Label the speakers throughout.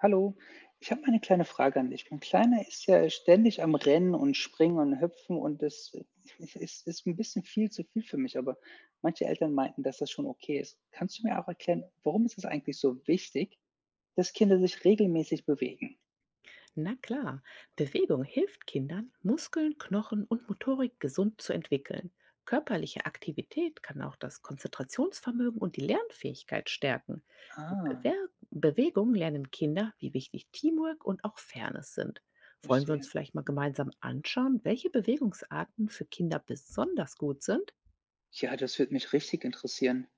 Speaker 1: Hallo, ich habe mal eine kleine Frage an dich. Mein Kleiner ist ja ständig am Rennen und Springen und Hüpfen und das ist, ist ein bisschen viel zu viel für mich, aber manche Eltern meinten, dass das schon okay ist. Kannst du mir auch erklären, warum ist es eigentlich so wichtig, dass Kinder sich regelmäßig bewegen?
Speaker 2: Na klar, Bewegung hilft Kindern, Muskeln, Knochen und Motorik gesund zu entwickeln. Körperliche Aktivität kann auch das Konzentrationsvermögen und die Lernfähigkeit stärken. Mit
Speaker 1: Ah,
Speaker 2: Bewer Bewegung lernen Kinder, wie wichtig Teamwork und auch Fairness sind. Wollen wir uns
Speaker 1: verstehe.
Speaker 2: vielleicht mal gemeinsam anschauen, welche Bewegungsarten für Kinder besonders gut sind?
Speaker 1: Ja, das würde mich richtig interessieren.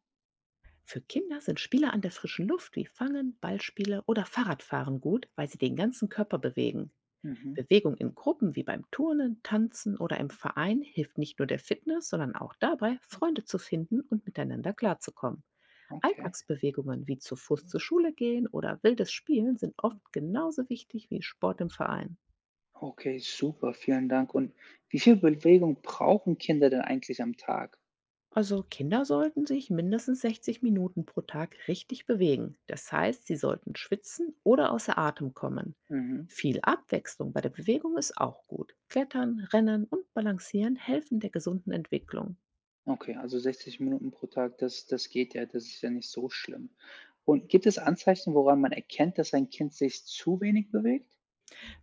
Speaker 2: Für Kinder sind Spiele an der frischen Luft wie Fangen, Ballspiele oder Fahrradfahren gut, weil sie den ganzen Körper bewegen.
Speaker 1: Mhm,
Speaker 2: Bewegung in Gruppen wie beim Turnen, Tanzen oder im Verein hilft nicht nur der Fitness, sondern auch dabei, Freunde zu finden und miteinander klarzukommen.
Speaker 1: okay.
Speaker 2: Alltagsbewegungen wie zu Fuß zur Schule gehen oder wildes Spielen sind oft genauso wichtig wie Sport im Verein.
Speaker 1: Okay, super, vielen Dank. Und wie viel Bewegung brauchen Kinder denn eigentlich am Tag?
Speaker 2: Also Kinder sollten sich mindestens 60 Minuten pro Tag richtig bewegen. Das heißt, sie sollten schwitzen oder außer Atem kommen.
Speaker 1: Mhm.
Speaker 2: Viel Abwechslung bei der Bewegung ist auch gut. Klettern, Rennen und Balancieren helfen der gesunden Entwicklung.
Speaker 1: Okay, also 60 Minuten pro Tag, das geht ja, das ist ja nicht so schlimm. Und gibt es Anzeichen, woran man erkennt, dass ein Kind sich zu wenig bewegt?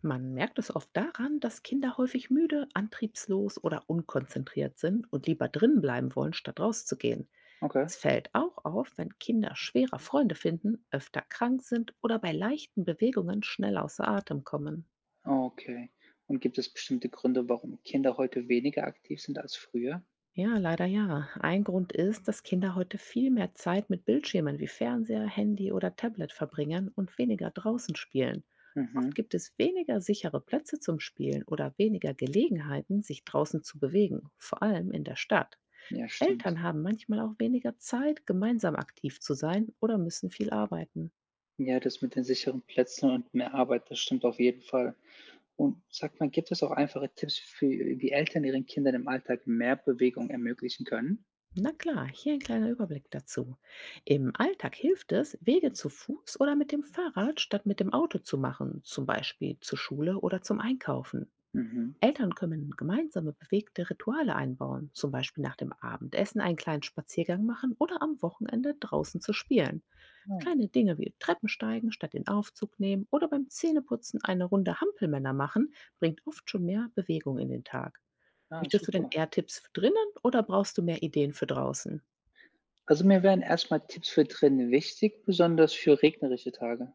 Speaker 2: Man merkt es oft daran, dass Kinder häufig müde, antriebslos oder unkonzentriert sind und lieber drin bleiben wollen, statt rauszugehen.
Speaker 1: Okay,
Speaker 2: Es fällt auch auf, wenn Kinder schwerer Freunde finden, öfter krank sind oder bei leichten Bewegungen schnell außer Atem kommen.
Speaker 1: okay. Und gibt es bestimmte Gründe, warum Kinder heute weniger aktiv sind als früher?
Speaker 2: Ja, leider ja. Ein Grund ist, dass Kinder heute viel mehr Zeit mit Bildschirmen wie Fernseher, Handy oder Tablet verbringen und weniger draußen spielen. Oft
Speaker 1: Mhm.
Speaker 2: gibt es weniger sichere Plätze zum Spielen oder weniger Gelegenheiten, sich draußen zu bewegen, vor allem in der Stadt.
Speaker 1: Ja, stimmt.
Speaker 2: Eltern haben manchmal auch weniger Zeit, gemeinsam aktiv zu sein oder müssen viel arbeiten.
Speaker 1: Ja, das mit den sicheren Plätzen und mehr Arbeit, das stimmt auf jeden Fall. Und sag mal, gibt es auch einfache Tipps, für, wie Eltern ihren Kindern im Alltag mehr Bewegung ermöglichen können?
Speaker 2: Na klar, hier ein kleiner Überblick dazu. Im Alltag hilft es, Wege zu Fuß oder mit dem Fahrrad statt mit dem Auto zu machen, zum Beispiel zur Schule oder zum Einkaufen.
Speaker 1: Mhm.
Speaker 2: Eltern können gemeinsame bewegte Rituale einbauen, zum Beispiel nach dem Abendessen einen kleinen Spaziergang machen oder am Wochenende draußen zu spielen.
Speaker 1: Oh,
Speaker 2: Kleine Dinge wie Treppensteigen statt den Aufzug nehmen oder beim Zähneputzen eine Runde Hampelmänner machen, bringt oft schon mehr Bewegung in den Tag.
Speaker 1: ah,
Speaker 2: Möchtest du denn
Speaker 1: super.
Speaker 2: eher Tipps für drinnen oder brauchst du mehr Ideen für draußen?
Speaker 1: Also, mir wären erstmal Tipps für drinnen wichtig, besonders für regnerische Tage.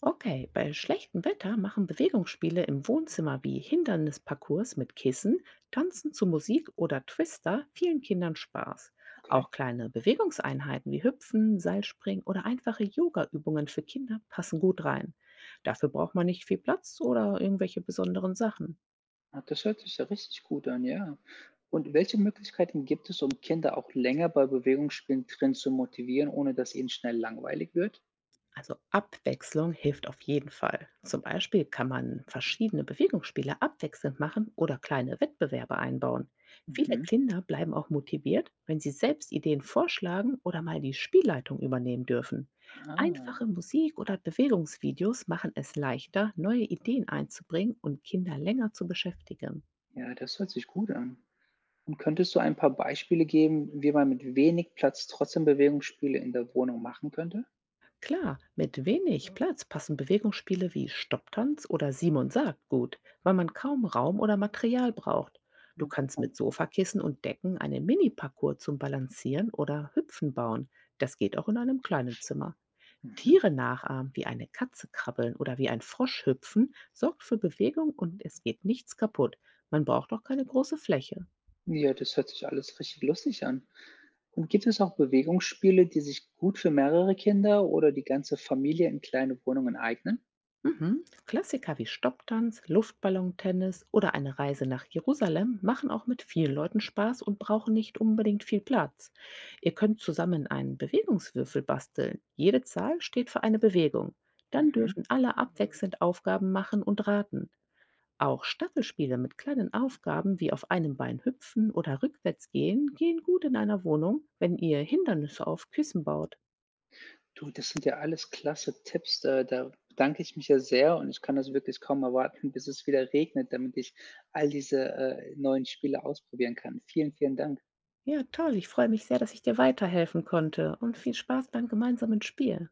Speaker 2: Okay, bei schlechtem Wetter machen Bewegungsspiele im Wohnzimmer wie Hindernisparcours mit Kissen, Tanzen zu Musik oder Twister vielen Kindern Spaß.
Speaker 1: Okay.
Speaker 2: Auch kleine Bewegungseinheiten wie Hüpfen, Seilspringen oder einfache Yoga-Übungen für Kinder passen gut rein. Dafür braucht man nicht viel Platz oder irgendwelche besonderen Sachen.
Speaker 1: Ah, das hört sich ja richtig gut an, ja. Und welche Möglichkeiten gibt es, um Kinder auch länger bei Bewegungsspielen drin zu motivieren, ohne dass ihnen schnell langweilig wird?
Speaker 2: Also Abwechslung hilft auf jeden Fall. Zum Beispiel kann man verschiedene Bewegungsspiele abwechselnd machen oder kleine Wettbewerbe einbauen. Viele
Speaker 1: Mhm.
Speaker 2: Kinder bleiben auch motiviert, wenn sie selbst Ideen vorschlagen oder mal die Spielleitung übernehmen dürfen.
Speaker 1: Ah,
Speaker 2: Einfache Musik oder Bewegungsvideos machen es leichter, neue Ideen einzubringen und Kinder länger zu beschäftigen.
Speaker 1: ja, das hört sich gut an. Und könntest du ein paar Beispiele geben, wie man mit wenig Platz trotzdem Bewegungsspiele in der Wohnung machen könnte?
Speaker 2: Klar, mit wenig Platz passen Bewegungsspiele wie Stopptanz oder Simon sagt gut, weil man kaum Raum oder Material braucht. Du
Speaker 1: Ja,
Speaker 2: kannst
Speaker 1: genau.
Speaker 2: mit Sofakissen und Decken einen Mini-Parcours zum Balancieren oder Hüpfen bauen. Das geht auch in einem kleinen Zimmer.
Speaker 1: Mhm.
Speaker 2: Tiere nachahmen, wie eine Katze krabbeln oder wie ein Frosch hüpfen, sorgt für Bewegung und es geht nichts kaputt. Man braucht auch keine große Fläche.
Speaker 1: Ja, das hört sich alles richtig lustig an. Und gibt es auch Bewegungsspiele, die sich gut für mehrere Kinder oder die ganze Familie in kleine Wohnungen eignen?
Speaker 2: Mhm. Klassiker wie Stopptanz, Luftballontennis oder eine Reise nach Jerusalem machen auch mit vielen Leuten Spaß und brauchen nicht unbedingt viel Platz. Ihr könnt zusammen einen Bewegungswürfel basteln. Jede Zahl steht für eine Bewegung. Dann
Speaker 1: Mhm.
Speaker 2: dürfen alle abwechselnd Aufgaben machen und raten. Auch Staffelspiele mit kleinen Aufgaben wie auf einem Bein hüpfen oder rückwärts gehen gehen gut in einer Wohnung, wenn ihr Hindernisse auf Kissen baut.
Speaker 1: Du, das sind ja alles klasse Tipps. Da bedanke ich mich ja sehr und ich kann das wirklich kaum erwarten, bis es wieder regnet, damit ich all diese neuen Spiele ausprobieren kann. Vielen, vielen Dank.
Speaker 2: Ja, toll. Ich freue mich sehr, dass ich dir weiterhelfen konnte und viel Spaß beim gemeinsamen Spiel.